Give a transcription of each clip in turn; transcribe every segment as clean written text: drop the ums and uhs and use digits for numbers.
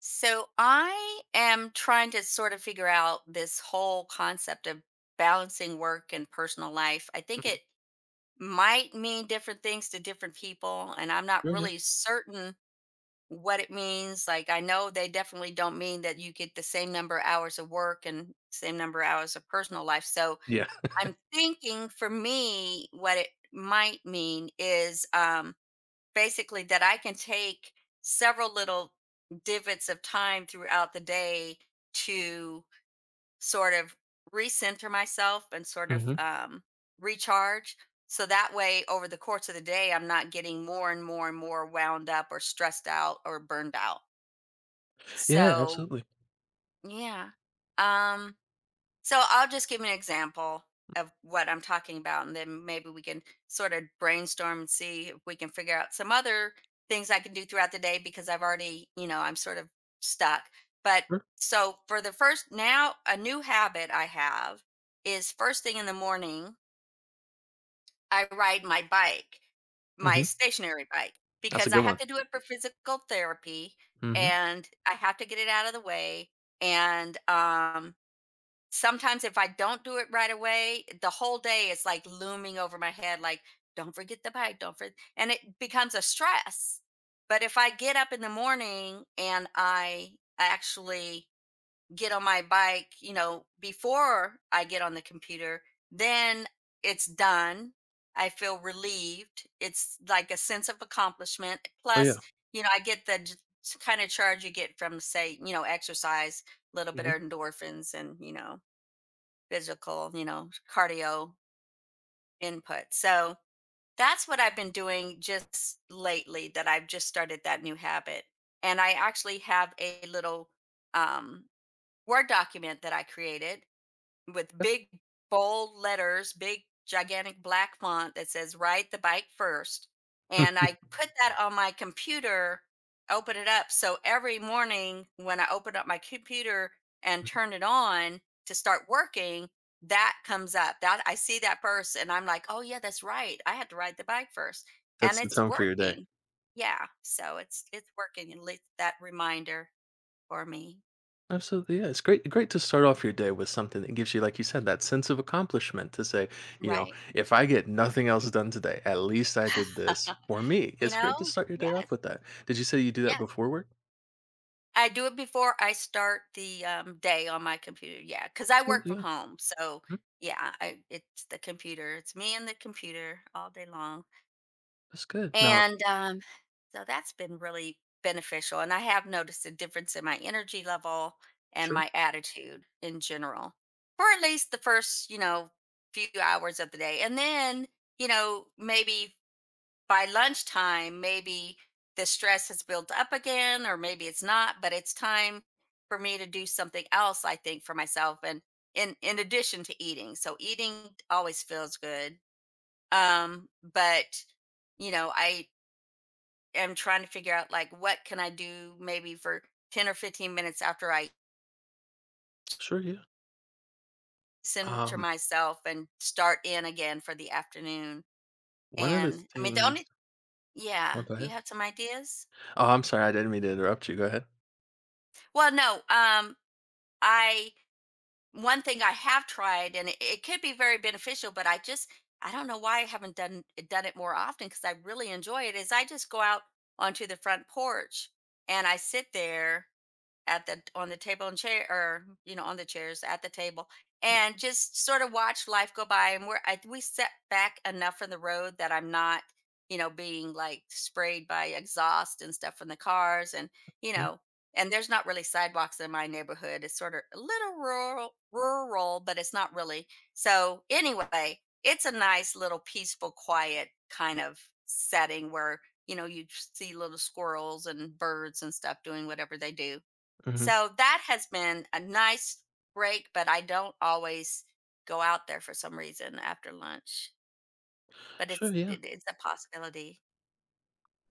So I am trying to sort of figure out this whole concept of balancing work and personal life. I think Mhm. it might mean different things to different people, and I'm not Oh, yeah. really certain what it means. Like I know they definitely don't mean that you get the same number of hours of work and same number of hours of personal life. So Yeah. I'm thinking for me, what it might mean is basically that I can take several little divots of time throughout the day to sort of recenter myself and sort of Mhm. Recharge. So that way, over the course of the day, I'm not getting more and more and more wound up or stressed out or burned out. Yeah, So, absolutely. yeah. Um, so I'll just give an example of what I'm talking about, and then maybe we can sort of brainstorm and see if we can figure out some other things I can do throughout the day because I've already, I'm sort of stuck. But Sure. so for the first, now a new habit I have is first thing in the morning, I ride my bike, my Mhm. stationary bike, That's a because I good have one. to do it for physical therapy Mhm. and I have to get it out of the way. And Sometimes if I don't do it right away, the whole day is like looming over my head, like, don't forget the bike, don't forget. And it becomes a stress. But if I get up in the morning and I actually get on my bike, you know, before I get on the computer, then it's done. I feel relieved. It's like a sense of accomplishment. Oh, Plus, yeah. you know, I get the kind of charge you get from, say, you know, exercise, a little bit Mhm. of endorphins and, you know, physical, you know, cardio input. So that's what I've been doing just lately that I've just started that new habit. And I actually have a little um, Word document that I created with big bold letters, big gigantic black font that says ride the bike first. And I put that on my computer, open it up. So every morning when I open up my computer and turn it on to start working, that comes up. That I see that first and I'm like, oh yeah, that's right. I had to ride the bike first. And That's the it's tone for your day. working. Yeah. So it's working. At least that reminder for me. Absolutely, yeah. It's great to start off your day with something that gives you, like you said, that sense of accomplishment to say, you know, Right. "If I get nothing else done today, at least I did this for me." You It's great to know? start your day off Yes. with that. Did you say you do that Yes. before work? I do it before I start the, day on my computer, yeah, because I work Absolutely, from yeah. home, so, Mhm. yeah, I it's the computer, it's me and the computer all day long, That's good. Now. and, um, so that's been really beneficial, and I have noticed a difference in my energy level and Sure. my attitude in general, for at least the first, you know, few hours of the day, and then, you know, maybe by lunchtime, maybe the stress has built up again, or maybe it's not, but it's time for me to do something else, I think, for myself and in addition to eating. So eating always feels good. But you know, I am trying to figure out like what can I do maybe for 10 or 15 minutes after I Sure, yeah. center Um, myself and start in again for the afternoon. one of the And I mean the things. only Oh, yeah, go you ahead. have some ideas? Oh, I'm sorry. I didn't mean to interrupt you. Go ahead. Well, no, I one thing I have tried, and it could be very beneficial, but I just I don't know why I haven't done it more often because I really enjoy it. Is I just go out onto the front porch and I sit there at the on the table and chair or you know on the chairs at the table and just sort of watch life go by and we set back enough from the road that I'm not you know being like sprayed by exhaust and stuff from the cars and you Yeah. know and there's not really sidewalks in my neighborhood. It's sort of a little rural but it's not really. So anyway, it's a nice little peaceful quiet kind of setting where you know you see little squirrels and birds and stuff doing whatever they do. Mhm. So that has been a nice break, but I don't always go out there for some reason after lunch. But Sure, yeah. It's a possibility.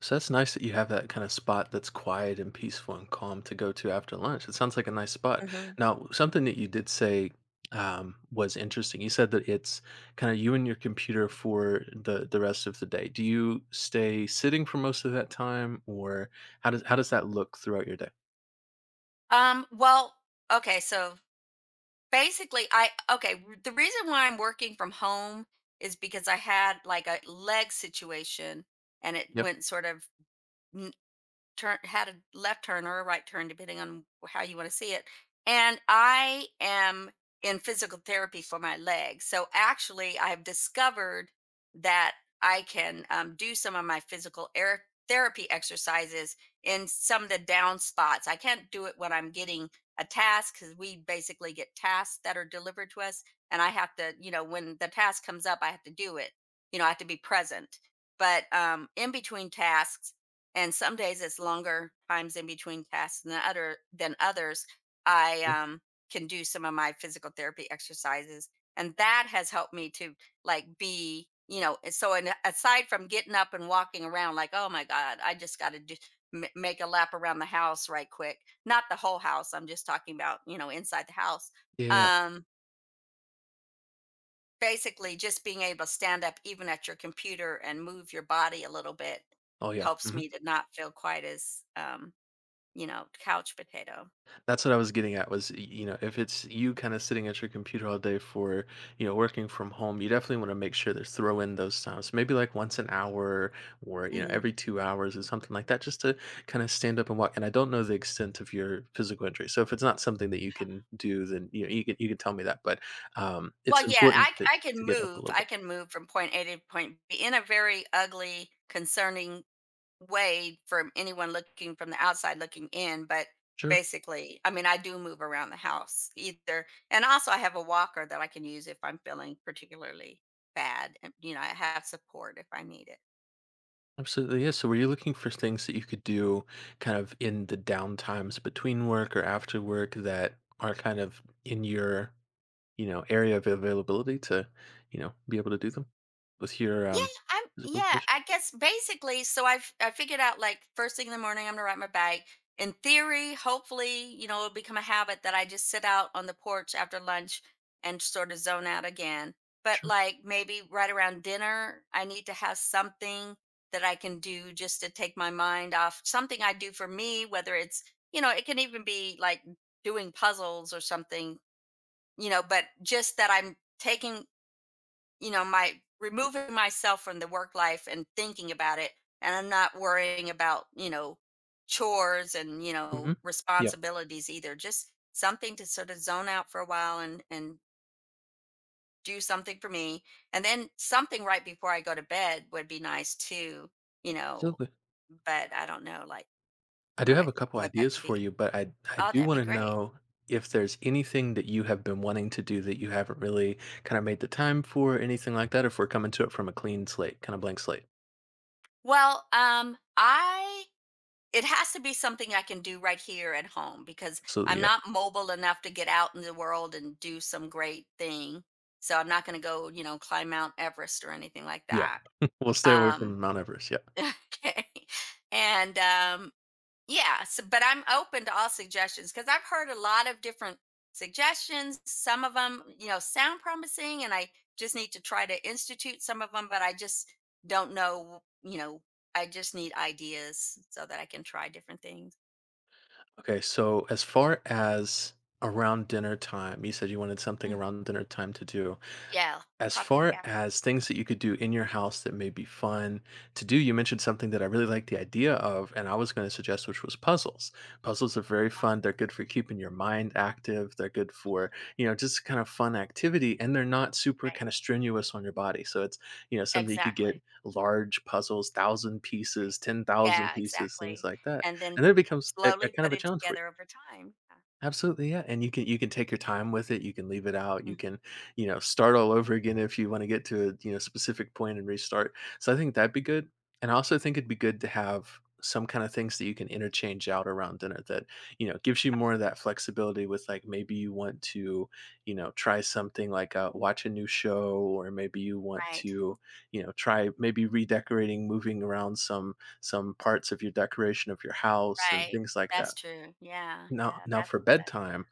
So that's nice that you have that kind of spot that's quiet and peaceful and calm to go to after lunch. It sounds like a nice spot. hmm Now, something that you did say was interesting. You said that it's kind of you and your computer for the rest of the day. Do you stay sitting for most of that time, or how does that look throughout your day? Well, okay, so basically the reason why I'm working from home is because I had like a leg situation and it Yep. went sort of turn had a left turn or a right turn depending on how you want to see it. And I am in physical therapy for my legs, so actually I've discovered that I can do some of my physical air therapy exercises in some of the down spots. I can't do it when I'm getting a task because we basically get tasks that are delivered to us, and I have to you know when the task comes up I have to do it, you know, I have to be present. But in between tasks, and some days it's longer times in between tasks than others, I Yep. Can do some of my physical therapy exercises, and that has helped me to like be you know so. And aside from getting up and walking around like oh my god I just got to make a lap around the house right quick, not the whole house, I'm just talking about you know inside the house. Yeah. Yeah. um Basically just being able to stand up even at your computer and move your body a little bit Oh, yeah. helps Mm-hmm. me to not feel quite as you know, couch potato. That's what I was getting at was, if it's you kind of sitting at your computer all day for, you know, working from home, you definitely want to make sure to throw in those times, maybe like once an hour or, you know, every Mhm. 2 hours or something like that, just to kind of stand up and walk. And I don't know the extent of your physical injury. So if it's not something that you can do, then, you know, you can tell me that, but it's Well, yeah, important to, I can to get up a move. little I bit. can move from point A to point B in a very ugly, concerning way from anyone looking from the outside looking in, but Sure. basically, I mean, I do move around the house either, and also I have a walker that I can use if I'm feeling particularly bad and, you know, I have support if I need it. Absolutely, yeah. So, were you looking for things that you could do kind of in the downtimes between work or after work that are kind of in your, you know, area of availability to, you know, be able to do them with your Yeah, I'm physical yeah, condition? I guess basically so I figured out like first thing in the morning I'm gonna ride my bike. In theory, hopefully, you know, it'll become a habit that I just sit out on the porch after lunch and sort of zone out again. But Sure. like maybe right around dinner, I need to have something that I can do just to take my mind off, something I do for me, whether it's, you know, it can even be like doing puzzles or something, you know, but just that I'm taking you know, my removing myself from the work life and thinking about it. And I'm not worrying about, you know, chores and, you Hmm. know, Yeah, responsibilities either. Just something to sort of zone out for a while and do something for me. And then something right before I go to bed would be nice too, you know, absolutely. but I don't know like I do have a couple what that ideas could for be. you, but I Oh, do that'd want be to great. know if there's anything that you have been wanting to do that you haven't really kind of made the time for, anything like that, or if we're coming to it from a clean slate, kind of blank slate. Well, I it has to be something I can do right here at home because Absolutely, I'm yeah. not mobile enough to get out in the world and do some great thing. So I'm not going to go, you know, climb Mount Everest or anything like Yeah. that. We'll stay away Um, from Mount Everest, yeah. okay. And yeah, so, but I'm open to all suggestions because I've heard a lot of different suggestions. Some of them, you know, sound promising, and I just need to try to institute some of them, but I just don't know, you know, I just need ideas so that I can try different things. Okay, so as far as around dinner time, you said you wanted something Mm. around dinner time to do. Yeah, As probably far after as things that you could do in your house that may be fun to do, you mentioned something that I really like the idea of, and I was going to suggest, which was puzzles. Puzzles are very fun. They're good for keeping your mind active. They're good for, you know, just kind of fun activity, and they're not super right. kind of strenuous on your body. So it's, you know, something you could get Exactly, large puzzles, 1,000 pieces, right. 10,000 Yeah, pieces, things exactly, like that. and then And then it becomes a slowly kind of put a it challenge for. together over time. Yeah. Absolutely, yeah, and you can take your time with it, you can leave it out, you Mm. can, you know, start all over again if you wanna get to a, you know, specific point and restart, so I think that'd be good, and I also think it'd be good to have some kinda things that you can interchange out around dinner that, you know, gives you more of that flexibility with, like, maybe you want to, you know, try something like, watch a new show, or maybe you want Right, to, you know, try maybe redecorating, moving around some parts of your decoration of your house and right. things like That's that. true. Yeah, Now yeah, now that's for that bedtime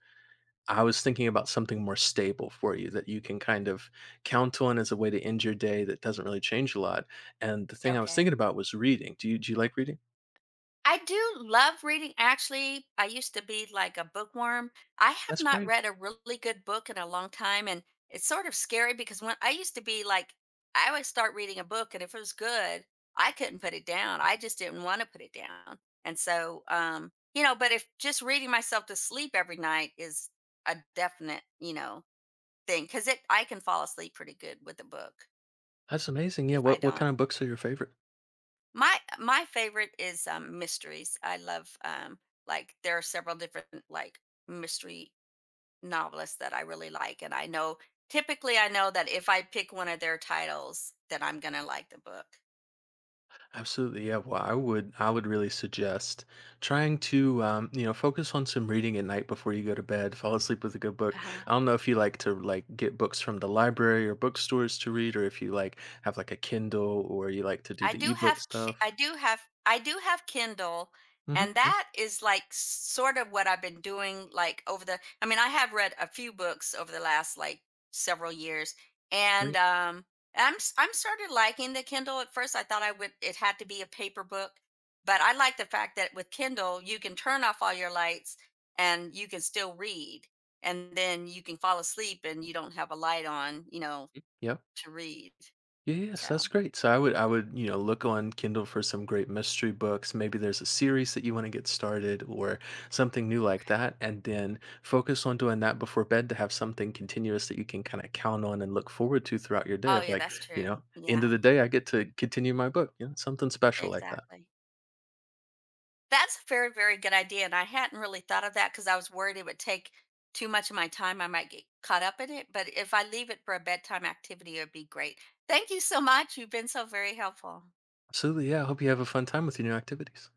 I was thinking about something more stable for you that you can kind of count on as a way to end your day that doesn't really change a lot. And the thing I was thinking okay. about was reading. Do you like reading? I do love reading. Actually, I used to be like a bookworm. I have That's not great. read a really good book in a long time, and it's sort of scary because when I used to be like, I would start reading a book, and if it was good, I couldn't put it down. I just didn't want to put it down, and so you know. But if just reading myself to sleep every night is a definite, you know, thing because it I can fall asleep pretty good with a book That's amazing. Yeah. if I What don't. kind of books are your favorite? My favorite is mysteries. I love like there are several different like mystery novelists that I really like, and I know typically I know that if I pick one of their titles then I'm going to like the book. Absolutely. Yeah. Well, I would really suggest trying to focus on some reading at night before you go to bed. Fall asleep with a good book. Uh-huh. I don't know if you like to like get books from the library or bookstores to read, or if you like have like a Kindle or you like to do I the do ebook have Ki I stuff. do have I do have Kindle, Hmm. and Yeah. that is, like, sort of what I've been doing, like, over the I mean, I have read a few books over the last, like, several years, and, Great. I'm sort of liking the Kindle. At first, I thought I would it had to be a paper book, but I like the fact that with Kindle, you can turn off all your lights, and you can still read, and then you can fall asleep, and you don't have a light on, you know, Yeah. to read. Yeah, yes, So, that's great. So I would look on Kindle for some great mystery books. Maybe there's a series that you want to get started or something new like right. that. And then focus on doing that before bed to have something continuous that you can kind of count on and look forward to throughout your day Oh, of yeah, like, that's you true. know, end of Yeah, the day I get to continue my book, you know, something special like that. exactly. That's a very, very good idea, and I hadn't really thought of that because I was worried it would take too much of my time, I might get caught up in it, but if I leave it for a bedtime activity, it'd be great. Thank you so much, you've been so very helpful. Absolutely. Yeah. I hope you have a fun time with your new activities.